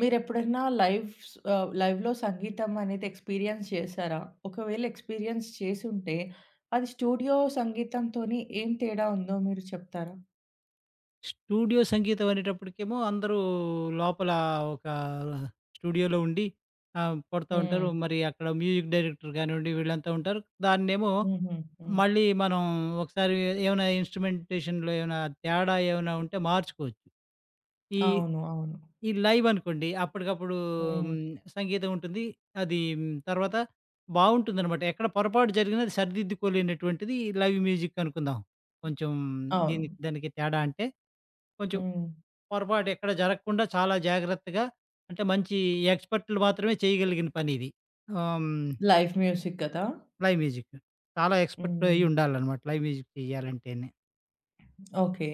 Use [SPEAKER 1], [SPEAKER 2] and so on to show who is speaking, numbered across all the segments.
[SPEAKER 1] మీరెప్పుడైనా లైవ్‌లో సంగీతం అనేది ఎక్స్‌పీరియన్స్ చేశారా? ఒకవేళ ఎక్స్‌పీరియన్స్ చేసుంటే, అది స్టూడియో సంగీతంతోని ఏం తేడా ఉందో మీరు చెప్తారా?
[SPEAKER 2] స్టూడియో సంగీతం అనేటప్పటికేమో అందరూ లోపల ఒక స్టూడియోలో ఉండి కొడతా
[SPEAKER 1] హ్మ్.
[SPEAKER 2] ఉంటారు. మరి అక్కడ మ్యూజిక్ డైరెక్టర్ గానివ్వండి వీళ్ళంతా ఉంటారు. దాన్నేమో
[SPEAKER 1] హుహు. హ్మ్.
[SPEAKER 2] మళ్ళీ మనం ఒకసారి ఏమైనా ఇన్స్ట్రుమెంటేషన్‌లో ఏమైనా తేడా ఏమైనా ఉంటే మార్చుకోవచ్చు. ఈ
[SPEAKER 1] అవును. అవును.
[SPEAKER 2] ఈ లైవ్ అనుకోండి అప్పటికప్పుడు హ్మ్,
[SPEAKER 1] హ్మ్.
[SPEAKER 2] సంగీతం ఉంటుంది. అది తర్వాత బావుంటుందనమాట. ఎక్కడ పొరపాటు జరిగినా అది సరిదిద్దుకోలేనటువంటిది లైవ్ మ్యూజిక్ అనుకుందాం. కొంచెం
[SPEAKER 1] అవును.
[SPEAKER 2] దీనికి దానికి తేడా అంటే కొంచెం
[SPEAKER 1] హ్మ్.
[SPEAKER 2] పొరపాటు ఎక్కడ జరగకుండా చాలా జాగ్రత్తగా అంటే మంచి ఎక్స్‌పర్ట్‌లు మాత్రమే చేయగలిగిన పనిది. ఆహ్, హ్మ్.
[SPEAKER 1] లైవ్ మ్యూజిక్ కదా!
[SPEAKER 2] Live music. చాలా ఎక్స్‌పర్ట్ అయ్యి
[SPEAKER 1] హ్మ్.
[SPEAKER 2] ఉండాలనమాట లైవ్ మ్యూజిక్ చేయాలంటేనే.
[SPEAKER 1] ఓకే.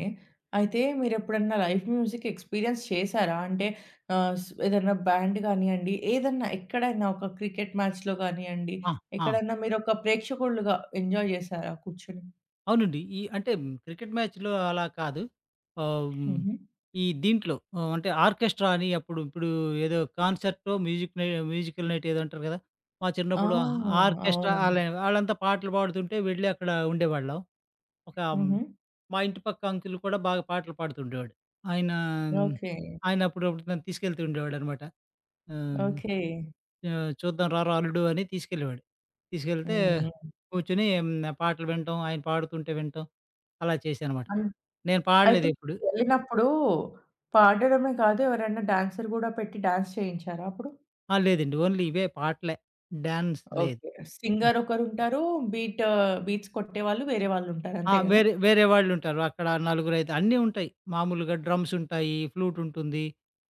[SPEAKER 1] అయితే మీరెప్పుడన్నా లైవ్ మ్యూజిక్ ఎక్స్‌పీరియన్స్ చేసారా? అంటే ఆహ్, స్ ఏదన్నా బ్యాండ్ గానియండి, ఏదన్నా ఎక్కడైనా ఒక క్రికెట్ మ్యాచ్‌లో గానియండి,
[SPEAKER 2] ఆ! ఆ!
[SPEAKER 1] ఎక్కడన్నా మీరొక ప్రేక్షకులుగా ఎంజాయ్ జేసారా కూర్చొని?
[SPEAKER 2] అవునండి. ఈ అంటే క్రికెట్ మ్యాచ్‌లో అలా కాదు. ఆహ్, హ్మ్.
[SPEAKER 1] హుహు.
[SPEAKER 2] ఈ దీంట్లో అంటే ఆర్కెస్ట్రా అని అప్పుడు ఇప్పుడు ఏదో కాన్సర్టో మ్యూజిక్ మ్యూజికల్ నైట్ ఏదో అంటారు కదా! మా
[SPEAKER 1] ఆ!
[SPEAKER 2] చిన్నప్పుడు ఆర్కెస్ట్రా ఆళ్ళ
[SPEAKER 1] అవును.
[SPEAKER 2] ఆళ్ళంతా పాటలు పాడుతుంటే వెళ్ళి అక్కడ ఉండేవాళ్ళం. ఒక హ్మ్,
[SPEAKER 1] హుహు.
[SPEAKER 2] మా ఇంటి పక్క అంకుల్ కూడా బాగా పాటలు పాడుతుండేవాడు. ఆయన మ్,
[SPEAKER 1] ఓకే.
[SPEAKER 2] ఆయన అప్పుడప్పుడు నన్ను తీసుకెళ్తూ ఉండేవాడనమాట. ఆహ్,
[SPEAKER 1] ఓకే.
[SPEAKER 2] ఆహ్, చూద్దాం రారా అల్లుడు అని తీసుకెళ్ళేవాడు. తీసుకెళ్తే
[SPEAKER 1] హ్మ్. హ్మ్.
[SPEAKER 2] కూర్చొని పాటలు వినటం, ఆయన పాడుతుంటే వినటం అలా చేశాననమాట.
[SPEAKER 1] అన్
[SPEAKER 2] నేను
[SPEAKER 1] అయితే
[SPEAKER 2] పాడలేదెప్పుడు.
[SPEAKER 1] వెళ్ళినప్పుడు పాడడమే కాదు, ఎవరైనా డాన్సర్ గూడా పెట్టి డాన్స్ చేయించారా అప్పుడు?
[SPEAKER 2] ఆ! లేదండి. ఓన్లీ ఇవే పాటలే. డాన్స్ లేదు.
[SPEAKER 1] ఓకే. సింగర్ ఒకరుంటారు, బీట్ బీట్స్ కొట్టేవాళ్ళు వేరే వాళ్ళుంటారు.
[SPEAKER 2] ఆ!
[SPEAKER 1] అంతే గదా!
[SPEAKER 2] వేరే వేరే వాళ్ళుంటారు. అక్కడ నలుగురైదు అన్నీ ఉంటాయి. మామూలుగా డ్రమ్స్ ఉంటాయి, ఫ్లూట్ ఉంటుంది.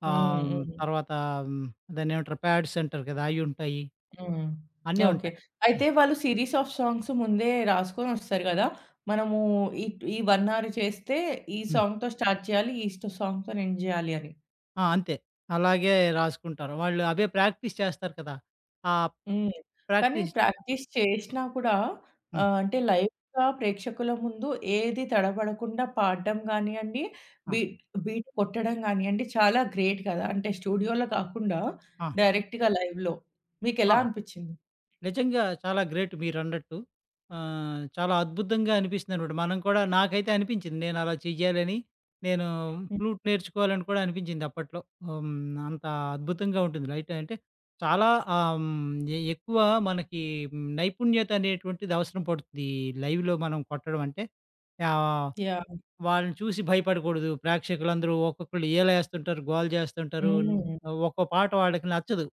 [SPEAKER 1] హ్మ్.
[SPEAKER 2] ఆహ్,
[SPEAKER 1] హ్మ్.
[SPEAKER 2] తర్వాత హ్మ్, దాన్నేమంటారు ప్యాడ్స్ అంటారు కదా! అయ్యుంటాయి.
[SPEAKER 1] హ్మ్.
[SPEAKER 2] అన్నీ
[SPEAKER 1] ఓకే.
[SPEAKER 2] ఉంటాయి.
[SPEAKER 1] అయితే వాళ్ళు సీరీస్ ఆఫ్ సాంగ్స్ ముందే రాసుకొనొస్తారు గదా! మనము ఈ 1 అవర్ చేస్తే ఈ
[SPEAKER 2] హ్మ్.
[SPEAKER 1] సాంగ్‌తో స్టార్ట్ చేయాలి. ఈ స్ట్ సాంగ్‌తోని ఎండ్ జేయాలి అని.
[SPEAKER 2] ఆ! అంతే. అలాగే రాసుకుంటారు. వాళ్ళు అవే ప్రాక్టీస్ చేస్తారు కదా! ఆ
[SPEAKER 1] హ్మ్. కానీ
[SPEAKER 2] ప్రాక్టీస్
[SPEAKER 1] ప్రాక్టీస్ చేషినా కూడా
[SPEAKER 2] హ్మ్.
[SPEAKER 1] అంటే లైవ్‌గా ప్రేక్షకుల ముందు ఏది తడబడకుండా పాడడం గానియండి,
[SPEAKER 2] ఆ!
[SPEAKER 1] బీట్ బీట్ కొట్టడం గానియండి చాలా గ్రేట్ గదా! అంటే స్టూడియోలో కాకుండా
[SPEAKER 2] ఆ!
[SPEAKER 1] డైరెక్ట్‌గా లైవ్‌లో
[SPEAKER 2] ఆ!
[SPEAKER 1] మీకెలా అనిపిచ్చింది?
[SPEAKER 2] నిజంగా చాలా గ్రేట్ మీరన్నట్టు. చాలా అద్భుతంగా అనిపిస్తుందనమాట. మనం కూడా నాకైతే అనిపించింది. నేను అలా చెయ్యాలని, నేను
[SPEAKER 1] హ్మ్.
[SPEAKER 2] ఫ్లూట్ నేర్చుకోవాలని కూడా అనిపించింది అప్పట్లో. హ్మ్. అంత అద్భుతంగా ఉంటుంది. లైట్ అంటే చాలా ఆహ్, హ్మ్. ఎ ఎక్కువ మనకి నైపుణ్యత అనేటువంటిది అవసరం పడుతుంది. ఈ లైవ్‌లో మనం కొట్టడం అంటే. ఆహ్
[SPEAKER 1] యాహ్!
[SPEAKER 2] వాళ్ళని చూసి భయపడకూడదు. ప్రేక్షకులందరూ ఒక్కొక్కళ్ళు ఈలయేస్తుంటారు, గోల జేస్తుంటారు.
[SPEAKER 1] హ్మ్.
[SPEAKER 2] ఒక్కో పాట వాళ్ళకి నచ్చదు.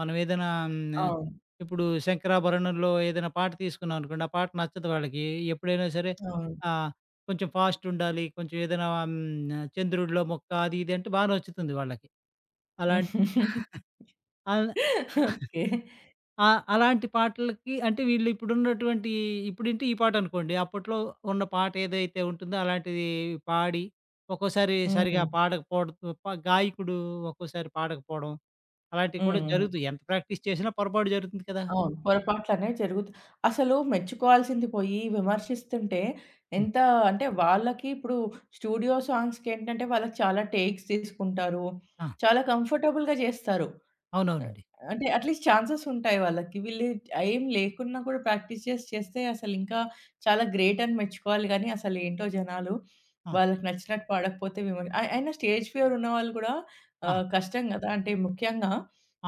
[SPEAKER 2] మనం ఏదైనా
[SPEAKER 1] అవును.
[SPEAKER 2] ఇప్పుడు 'శంకరాభరణంలో' ఏదైనా పాట తీసుకున్నాం అనుకోండి, ఆ పాట నచ్చదు వాళ్ళకి. ఎప్పుడైనా సరే
[SPEAKER 1] అవును.
[SPEAKER 2] ఆహ్, కొంచెం ఫాస్ట్ ఉండాలి. కొంచెం ఏదైనా 'చంద్రుడిలో మొక్క' అది ఇది అంటే బా నచ్చుతుంది వాళ్ళకి. అలాంట్ ఆల్
[SPEAKER 1] ఓకే.
[SPEAKER 2] ఆ! అలాంటి పాటలకి అంటే వీళ్ళు ఇప్పుడున్నటువంటి ఇప్పుడంటే ఈ పాటనుకోండి. అప్పట్లో ఉన్న పాట ఏదైతే ఉంటుందో అలాంటిది పాడి, ఒక్కోసారి సరిగా
[SPEAKER 1] హ్మ్.
[SPEAKER 2] పాడకపోవడం గాయకుడు ఒక్కోసారి పాడకపోవడం, అలాంటివి
[SPEAKER 1] హ్మ్.
[SPEAKER 2] కూడా
[SPEAKER 1] హ్మ్.
[SPEAKER 2] జరుగుతాయి. ఎంత ప్రాక్టీస్ చేసినా పొరపాటు జరుగుతుంది కదా!
[SPEAKER 1] అవును. పొరపాట్లనేవి జరుగుతు. అసలు మెచ్చుకోవాల్సింది పోయి విమర్శిస్తుంటే
[SPEAKER 2] హ్మ్.
[SPEAKER 1] ఎంత, అంటే వాళ్ళకి ఇప్పుడు స్టూడియో సాంగ్స్‌కేంటంటే వాళ్ళకి చాలా టేక్స్ తీసుకుంటారు.
[SPEAKER 2] ఆ!
[SPEAKER 1] చాలా కంఫర్టబుల్‌గా జేస్తారు. ఆ!
[SPEAKER 2] అవునవునండి.
[SPEAKER 1] అంటే అట్‌లీస్ట్ ఛాన్సెస్ ఉంటాయి వాళ్ళకి. వీళ్ళు ఏం లేకున్నా కూడా ప్రాక్టీస్ చేసి చేస్తే అసలింకా చాలా గ్రేట్ అని మెచ్చుకోవాలి గానీ, అసలేంటో జనాలు
[SPEAKER 2] ఆ!
[SPEAKER 1] వాళ్ళకి నచ్చినట్టు పాడకపోతే విమ అ అయినా స్టేజ్ ఫియర్ ఉన్నవాళ్ళు కూడా
[SPEAKER 2] ఆ!
[SPEAKER 1] కష్టం గదా! అంటే ముఖ్యంగా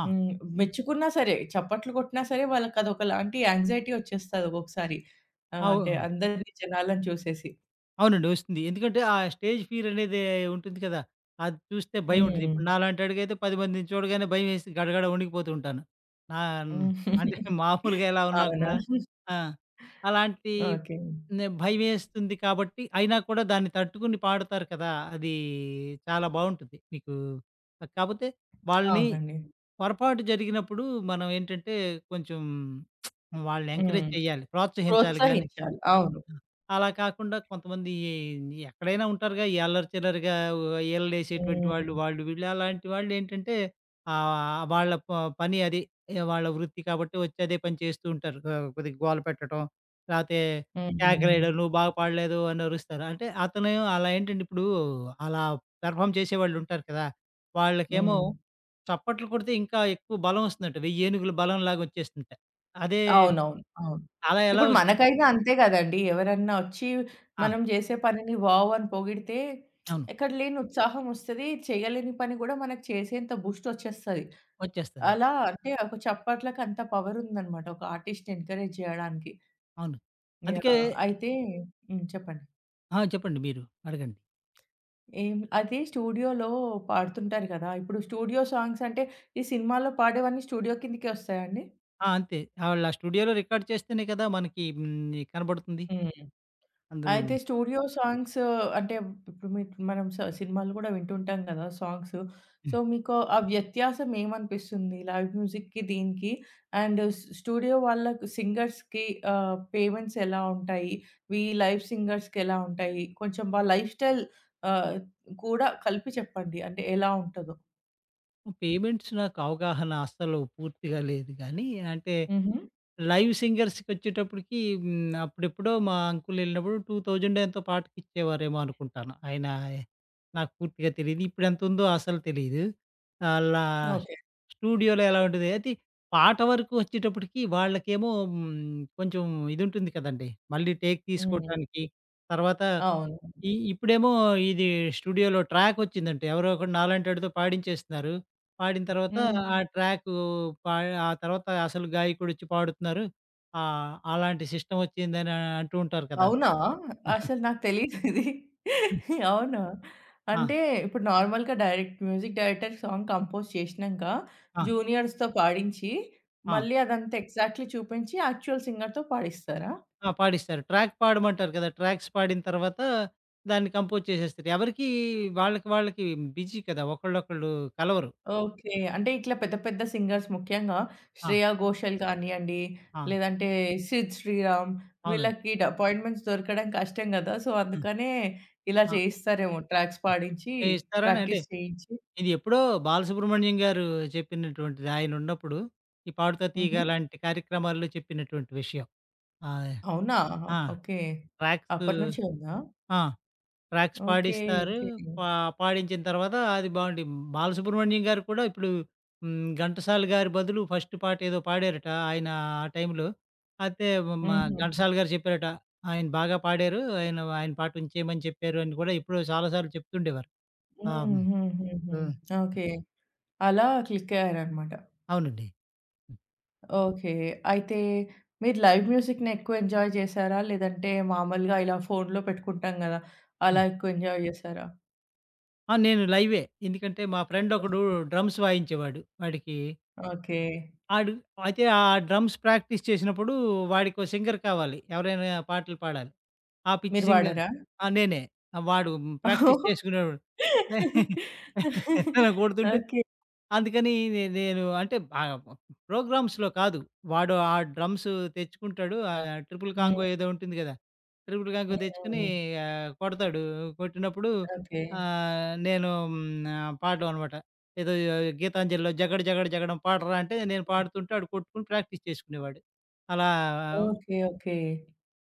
[SPEAKER 2] ఆ!
[SPEAKER 1] హ్మ్. మెచ్చుకున్నా సరే, చప్పట్లు కొట్టినా సరే వాళ్ళకదొకలాంటి యాంగ్జైటీ వచ్చేస్తది ఒక్కొక్కసారి. ఆ!
[SPEAKER 2] అవు
[SPEAKER 1] అంటే అందరిని జనాలను చూసేసి.
[SPEAKER 2] అవునండి. వస్తుంది. ఎందుకంటే, ఆ స్టేజ్ ఫియర్ అనేది ఉంటుంది కదా! అది చూస్తే భయం ఉంటది.
[SPEAKER 1] హ్మ్.
[SPEAKER 2] ఇప్పుడు నాలాంటి వాడికైతే 10 మందిని చూడగానే భయమేసి గడగడ వణికిపోతూ ఉంటాను. నా
[SPEAKER 1] హ్మ్.
[SPEAKER 2] అంటే మామూలుగా ఎలా ఉన్నా
[SPEAKER 1] అవునా?
[SPEAKER 2] కూడా ఆ! అలాంటి
[SPEAKER 1] ఓకే.
[SPEAKER 2] భయమేస్తుంది కాబట్టి, అయినా కూడా దాన్ని తట్టుకొని పాడతారు కదా! అది చాలా బావుంటుంది. మీకు కాపోతే వాళ్ళని
[SPEAKER 1] అవునండి.
[SPEAKER 2] పొరపాటు జరిగినప్పుడు మనం ఏంటంటే, కొంచెం వాళ్ళని ఎంకరేజ్
[SPEAKER 1] హ్మ్.
[SPEAKER 2] చేయాలి. ప్రోత్సహించాలి గాని
[SPEAKER 1] ప్రోత్సహించాలి. అవును.
[SPEAKER 2] అలా కాకుండా కొంతమంది ఎక్కడైనా ఉంటారుగా ఈ అల్లరి చిల్లరిగా ఏళ్ళేసేటువంటి
[SPEAKER 1] హ్మ్.
[SPEAKER 2] వాళ్ళు వాళ్ళు వీళ్ళు అలాంటి వాళ్ళు ఏంటంటే ఆ, వాళ్ళ పని అది వాళ్ళ వృత్తి కాబట్టి వచ్చి అదే పని చేస్తూ ఉంటారు ఆ, కొద్దిగా గోల పెట్టడం లేకపోతే
[SPEAKER 1] హ్మ్.
[SPEAKER 2] కేకలేయడం నువ్వు బాగా పాడలేదు అని అరుస్తారు అంటే అతను అలా ఏంటంటే ఇప్పుడు అలా పెర్ఫామ్ చేసే వాళ్ళు ఉంటారు కదా వాళ్ళకేమో
[SPEAKER 1] హ్మ్.
[SPEAKER 2] చప్పట్లు కొడితే ఇంకా ఎక్కువ బలం వస్తుందంట వెయ్యి ఏనుగుల బలం లాగా వచ్చేస్తుంట అదే
[SPEAKER 1] అవునవును. అవును.
[SPEAKER 2] అలా ఎలా
[SPEAKER 1] ఇప్పుడు
[SPEAKER 2] వస్తుంది
[SPEAKER 1] మనకైనా అంతే గదండీ! ఎవరన్నా ఒచ్చి
[SPEAKER 2] ఆ,
[SPEAKER 1] మనం జేసే పనిని వావ్! అని పొగిడితే
[SPEAKER 2] అవును
[SPEAKER 1] ఎక్కడ లేని ఉత్సాహం ఒస్తది. చేయలేని పని గూడా మనకు చేసేంత బూస్ట్ ఒచ్చేస్తది.
[SPEAKER 2] వచ్చేస్తుంది
[SPEAKER 1] అలా అంటే ఒక చప్పట్లకి అంత పవర్ ఉందన్నమాట, ఒక ఆర్టిస్ట్‌ని ఎంకరేజ్ జేయడానికి.
[SPEAKER 2] అవును. అందుకే
[SPEAKER 1] యాహ్! అయితే హ్మ్. చెప్పండి.
[SPEAKER 2] ఆ! చెప్పండి మీరు. అడగండి.
[SPEAKER 1] ఏం అయితే స్టూడియోలో పాడుతుంటారు గదా! ఇప్పుడు స్టూడియో సాంగ్స్ అంటే ఈ సినిమాలో పాడేవన్నీ స్టూడియో కిందకే ఒస్తాయా అండి?
[SPEAKER 2] ఆ! అంతే. ఆళ్ళ స్టూడియోలో రికార్డ్ చేస్తేనే కదా! మనకి హ్మ్. కనబడుతుంది.
[SPEAKER 1] హ్మ్.
[SPEAKER 2] అందులో
[SPEAKER 1] అయితే స్టూడియో సాంగ్స్ అంటే ఇప్పుడు మీ మనం స సినిమాలు గూడా వింటుంటాం గదా! సాంగ్స్. సో,
[SPEAKER 2] హ్మ్.
[SPEAKER 1] మీకు ఆ వ్యత్యాసం ఏమనిపిస్తుంది? లైవ్ మ్యూజిక్‌కి, దీనికి అండ్ స్టూడియో వాళ్ళకి సింగర్స్‌కి పేమెంట్స్ ఎలా ఉంటాయి? ఈ లైవ్ సింగర్స్‌కి ఎలా ఉంటాయి? కొంచెం వాళ్ళ లైఫ్ స్టైల్ ఆహ్, కూడా కలిపి చెప్పండి. అంటే ఎలా ఉంటదో?
[SPEAKER 2] పేమెంట్స్ నాకు అవగాహన అస్సలు పూర్తిగా లేదు గానీ, అంటే
[SPEAKER 1] హుహు.
[SPEAKER 2] లైవ్ సింగర్స్‌కొచ్చేటప్పటికి హ్మ్. అప్పుడెప్పుడో మా అంకుల్ ఎళ్ళినప్పుడు 2000 ఎంతో పాటకిచ్చేవారేమో అనుకుంటాను. ఆయన నాకు పూర్తిగా తెలీదు. ఇప్పుడెంతుందో అసలు తెలీదు. అలా
[SPEAKER 1] ఓకే.
[SPEAKER 2] స్టూడియోలో ఎలా ఉంటది. అయితే పాట వరకు వచ్చేటప్పటికి వాళ్ళకేమో కొంచెం ఇదుంటుంది కదండీ. మళ్ళీ టేక్
[SPEAKER 1] హ్మ్.
[SPEAKER 2] తీసుకోవటానికి తర్వాత
[SPEAKER 1] అవును.
[SPEAKER 2] ఇప్పుడేమో ఇది స్టూడియోలో ట్రాకొచ్చిందంట. ఎవరో ఒకడు నాలాంటోడితో పాడించేస్తున్నారు. పాడిన తర్వాత
[SPEAKER 1] హ్మ్.
[SPEAKER 2] ఆ హ్మ్. ట్రాకు పా ఆ తర్వాత అసలు గాయకుడొచ్చి పాడుతున్నారు. అలాంటి సిస్టమొచ్చిందని అంటూ ఉంటారు కదా!
[SPEAKER 1] అవునా? అసలు నాకు తెలీదు ఇది. అవునా?
[SPEAKER 2] ఆ! ఆ!
[SPEAKER 1] అంటే ఇప్పుడు నార్మల్‌గా direct music director song compose చేషినంక జూనియర్స్‌తో పాడించి,
[SPEAKER 2] ఆ!
[SPEAKER 1] మళ్ళీ అదంతా ఎగ్జాక్ట్‌లీ చూపించి యాక్చువల్ సింగర్‌తో పాడిస్తారా?
[SPEAKER 2] ఆ! పాడిస్తారు. ట్రాక్ పాడమంటారు కదా! ట్రాక్స్ పాడిన తర్వాత దాన్ని కంపోజ్ చేసేస్తారు. ఎవరికీ వాళ్ళకి వాళ్ళకి బిజీ కదా! ఒకళ్ళొకళ్ళు కలవరు.
[SPEAKER 1] ఓకే. అంటే ఇట్లా పెద్ద పెద్ద సింగర్స్, ముఖ్యంగా
[SPEAKER 2] ఆ!
[SPEAKER 1] శ్రేయా ఘోషల్ కానియండి,
[SPEAKER 2] ఆ!
[SPEAKER 1] లేదంటే సిద్ శ్రీరామ్,
[SPEAKER 2] అవునండి.
[SPEAKER 1] వీళ్ళకి అపాయింట్‌మెంట్స్ దొరకడం కష్టం గదా! సో,
[SPEAKER 2] ఆ!
[SPEAKER 1] అందుకనే ఇలా
[SPEAKER 2] ఆ!
[SPEAKER 1] చేయిస్తారేమో ట్రాక్స్ పాడించి,
[SPEAKER 2] చేయిస్తారని అంటే
[SPEAKER 1] ప్రాక్టీస్ చేయించి.
[SPEAKER 2] ఇది ఎప్పుడో బాలసుబ్రహ్మణ్యం గారు చెప్పినటువంటిది. ఆయనున్నప్పుడు ఈ 'పాడుతా తీగ'
[SPEAKER 1] హుహు.
[SPEAKER 2] లాంటి కార్యక్రమాల్లో చెప్పినటువంటి విషయం. ఆహ్,
[SPEAKER 1] అవునా?
[SPEAKER 2] ఆ!
[SPEAKER 1] ఓకే.
[SPEAKER 2] ట్రాక్సు
[SPEAKER 1] అప్పటినుంచి ఉందా?
[SPEAKER 2] ఆ! Tracks
[SPEAKER 1] okay.
[SPEAKER 2] పాడిస్తారు.
[SPEAKER 1] ఓకే.
[SPEAKER 2] పా పాడించిన తర్వాత అది బావుండి బాలసుబ్రహ్మణ్యం గారు కూడా ఇప్పుడు ఘంటసాల గారి బదులు ఫస్ట్ పాటేదో పాడారట. ఆయన ఆ టైంలో. అయితే మ
[SPEAKER 1] హుహు.
[SPEAKER 2] ఘంటసాల గారు చెప్పారట. ఆయన బాగా పాడారు. ఆయన ఆయన పాట ఉంచేయమని చెప్పారు అని కూడా ఎప్పుడో చాలా సార్లు చెప్తుండేవారు. ఆహ్,
[SPEAKER 1] హ్మ్. హ్మ్. హ్మ్. హ్మ్.
[SPEAKER 2] హ్మ్.
[SPEAKER 1] ఓకే. అలా క్లిక్ అయ్యారనమాట.
[SPEAKER 2] అవునండి.
[SPEAKER 1] ఓకే. అయితే మీరు లైవ్ మ్యూజిక్‌ని ఎక్కువ ఎంజాయ్ చేసారా? లేదంటే మామూలుగా ఇలా ఫోన్‌లో పెట్టుకుంటాం గదా! అలా
[SPEAKER 2] హ్మ్.
[SPEAKER 1] ఎక్కువ ఎంజాయ్ చేసారా?
[SPEAKER 2] ఆ! నేను లైవే. ఎందుకంటే మా ఫ్రెండ్ ఒకడు డ్రమ్స్ వాయించేవాడు. వాడికి
[SPEAKER 1] ఓకే.
[SPEAKER 2] ఆడు అయితే ఆ డ్రమ్స్ ప్రాక్టీస్ చేసినప్పుడు వాడికో సింగర్ కావాలి. ఎవరైనా పాటలు పాడాలి. ఆ పిచ్చి
[SPEAKER 1] మీరు
[SPEAKER 2] సింగర్
[SPEAKER 1] వాడరా?
[SPEAKER 2] ఆ! నేనే. ఆ, వాడు ప్రాక్టీస్ చేసుకునేవాడు. అలా కొడుతుంటే
[SPEAKER 1] ఓకే.
[SPEAKER 2] అందుకని నేను అంటే ప్రోగ్రామ్స్‌లో కాదు. వాడు ఆ డ్రమ్స్ తెచ్చుకుంటాడు. ట్రిపుల్ కాంగో
[SPEAKER 1] హ్మ్.
[SPEAKER 2] ఏదో ఉంటుంది గదా! ట్రిపుల్ కాంగో తెచ్చుకొని
[SPEAKER 1] హ్మ్.
[SPEAKER 2] కొడతాడు. కొట్టినప్పుడు
[SPEAKER 1] ఓకే.
[SPEAKER 2] నేను పాడడం అనమాట. ఏదో ఆ, గీతాంజలిలో 'జగడ జగడ జగడం' పాడరా అంటే నేను పాడుతుంటే ఆడు కొట్టుకొని ప్రాక్టీస్ చేసుకునేవాడు. అలా
[SPEAKER 1] ఓకే. ఓకే.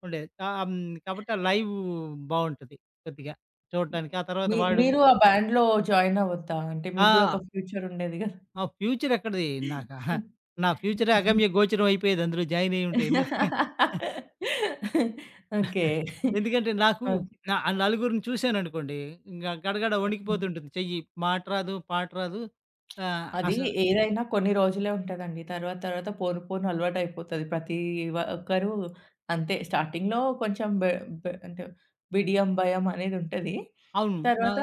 [SPEAKER 2] ఉండేది. కాబట్టి ఆ లైవ్ బావుంటది కొద్దిగా చూడటానికి. ఆ తర్వాత
[SPEAKER 1] మీ
[SPEAKER 2] వాడు
[SPEAKER 1] మీరు ఆ బ్యాండ్‌లో జాయిన్ అవ్వొద్దా? అంటే మీకు గూడా
[SPEAKER 2] ఆ!
[SPEAKER 1] ఒక ఫ్యూచర్ ఉండేది గదా!
[SPEAKER 2] ఆ! ఫ్యూచర్ ఎక్కడిది? నాకా నా ఫ్యూచరే అగమ్య గోచరం అయిపోయేది అందులో జాయిన్ అయ్యుంటే.
[SPEAKER 1] ఓకే.
[SPEAKER 2] ఎందుకంటే నాకు
[SPEAKER 1] ఓకే.
[SPEAKER 2] నా ఆ నలుగురిని చూశాననుకోండి, ఇంగ గడగడ
[SPEAKER 1] హ్మ్.
[SPEAKER 2] వణికిపోతుంటుంది చెయ్యి. మాట రాదు, పాట రాదు. ఆహ్,
[SPEAKER 1] అది
[SPEAKER 2] అస
[SPEAKER 1] ఏదైనా కొన్ని రోజులే ఉంటదండి. తర్వాత తర్వాత పోను పోను అలవాటయిపోతది. ప్రతి ఒక్కరు అంతే స్టార్టింగ్‌లో కొంచెం బె బె అంటే బిడియం, భయం అనేది ఉంటది.
[SPEAKER 2] అవును. నా
[SPEAKER 1] తర్వాత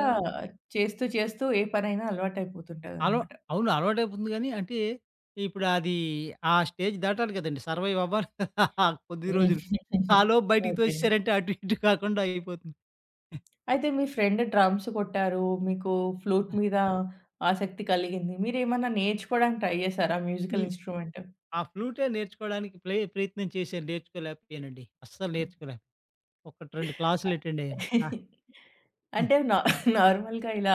[SPEAKER 1] చేస్తూ చేస్తూ ఏ పనైనా
[SPEAKER 2] అలవా
[SPEAKER 1] అలవాటయిపోతుంటదనమాట.
[SPEAKER 2] అవును. అలవాటైపోతుంది గానీ, అంటే ఇప్పుడు అది ఆ స్టేజ్ దాటాలి కదండీ! సర్వైవ్ అవ్వాలి కదా! ఆ కొద్ది రోజులు.
[SPEAKER 1] హ్మ్.
[SPEAKER 2] ఆలోపు బయటికి
[SPEAKER 1] ఓకే.
[SPEAKER 2] తోసేసారంటే అటు ఇటు కాకుండా అయిపోతుంది.
[SPEAKER 1] అయితే మీ ఫ్రెండ్ డ్రమ్స్ కొట్టారు. మీకు ఫ్లూట్ మీద ఆసక్తి కలిగింది. మీరేమన్నా నేర్చుకోవడానికి ట్రై చేసారా
[SPEAKER 2] ఈ
[SPEAKER 1] మ్యూజికల్ ఇన్‌స్ట్రుమెంట్?
[SPEAKER 2] ఆ ఫ్లూటే నేర్చుకోవడానికి ప్రయత్నం చేశాను. నేర్చుకోలేకపోయానండి. అస్సలు నేర్చుకోలేక. ఒకటి 2 క్లాసులు అటెండ్ అయ్యాను. ఆ!
[SPEAKER 1] అంటే నార్మల్‌గా ఇలా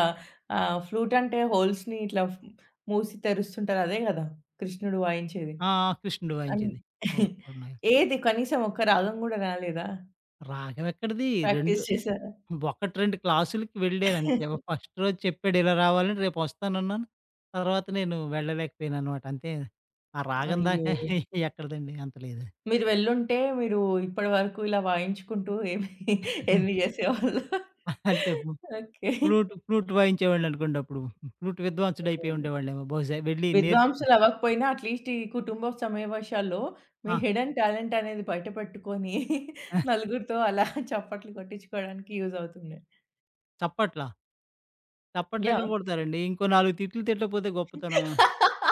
[SPEAKER 1] ఫ్లూట్ అంటే హోల్స్‌ని ఇట్లా మూసి తెరుస్తుంటారు. అదే గదా! కృష్ణుడు వాయించేది.
[SPEAKER 2] ఆ! కృష్ణుడు
[SPEAKER 1] అన్
[SPEAKER 2] వాయించేది. ఓహ్! అవునా?
[SPEAKER 1] ఏది కనీసం ఒక్క రాగం గూడా రాలేదా?
[SPEAKER 2] రాగం ఎక్కడిది 2
[SPEAKER 1] ప్రాక్టీస్ చేసారా?
[SPEAKER 2] 1, 2 క్లాసులకి వెళ్ళానంతే. ఫస్ట్ రోజు చెప్పాడు ఇలా రావాలని రేపొస్తానన్నాను. తర్వాత నేను వెళ్ళలేకపోయాననమాట. అంతే ఆ రాగం
[SPEAKER 1] అయ్యో!
[SPEAKER 2] దాకా ఎక్కడిదండి అంత లేదు.
[SPEAKER 1] మీరు వెళ్ళుంటే మీరు ఇప్పటి వరకు ఇలా వాయించుకుంటూ ఎన్ని చేసేవాళ్ళు?
[SPEAKER 2] అంతే
[SPEAKER 1] ఓకే.
[SPEAKER 2] ఫ్లూట్ వాయించేవాడిననుకోండి అప్పుడు. ఫ్లూట్ విద్వాంసుడు అయిపోయి
[SPEAKER 1] హ్మ్.
[SPEAKER 2] ఉండేవాడినేమో బహుశా వెళ్ళి నేర్చుకుని
[SPEAKER 1] విద్వాంసులు అవ్వకపోయినా అట్‌లీస్ట్ ఈ కుటుంబ సమావేశాల్లో మీ
[SPEAKER 2] ఆ!
[SPEAKER 1] హిడెన్ టాలెంట్ అనేది బయట పెట్టుకొని నలుగురితో అలా చప్పట్లు కొట్టించుకోవడానికి యూజ్ అవుతుంది.
[SPEAKER 2] చప్పట్లా? చప్పట్లెక్కడ
[SPEAKER 1] యాహ్!
[SPEAKER 2] కొడతారండి. ఇంకో 4 తిట్లు తిట్టకపోతే గొప్పతనం.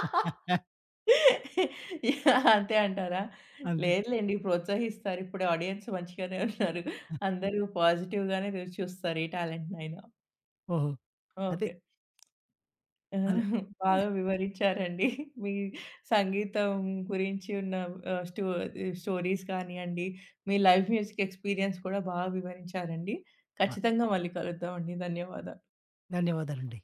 [SPEAKER 1] యాహ్! అంతే అంటారా?
[SPEAKER 2] అంతే.
[SPEAKER 1] లేదులెండి, ప్రోత్సహిస్తారు. ఇప్పుడు ఆడియన్స్ మంచిగానే ఉన్నారు. అందరూ పాజిటివ్‌గానే చూస్తారు ఏ టాలెంట్‌నైనా.
[SPEAKER 2] ఓహో! అదే
[SPEAKER 1] ఓకే. ఆ!
[SPEAKER 2] అలా
[SPEAKER 1] బాగా వివరించారండి. మీ సంగీతం గురించి ఉన్న ఆహ్, స్టో స్టోరీస్ కానియండి, మీ లైవ్ మ్యూజిక్ ఎక్స్‌పీరియన్స్ కూడా బాగా వివరించారండి.
[SPEAKER 2] ఆ!
[SPEAKER 1] ఖచ్చితంగా మళ్ళీ కలుద్దామండి. ధన్యవాదాలు.
[SPEAKER 2] ధన్యవాదాలండి.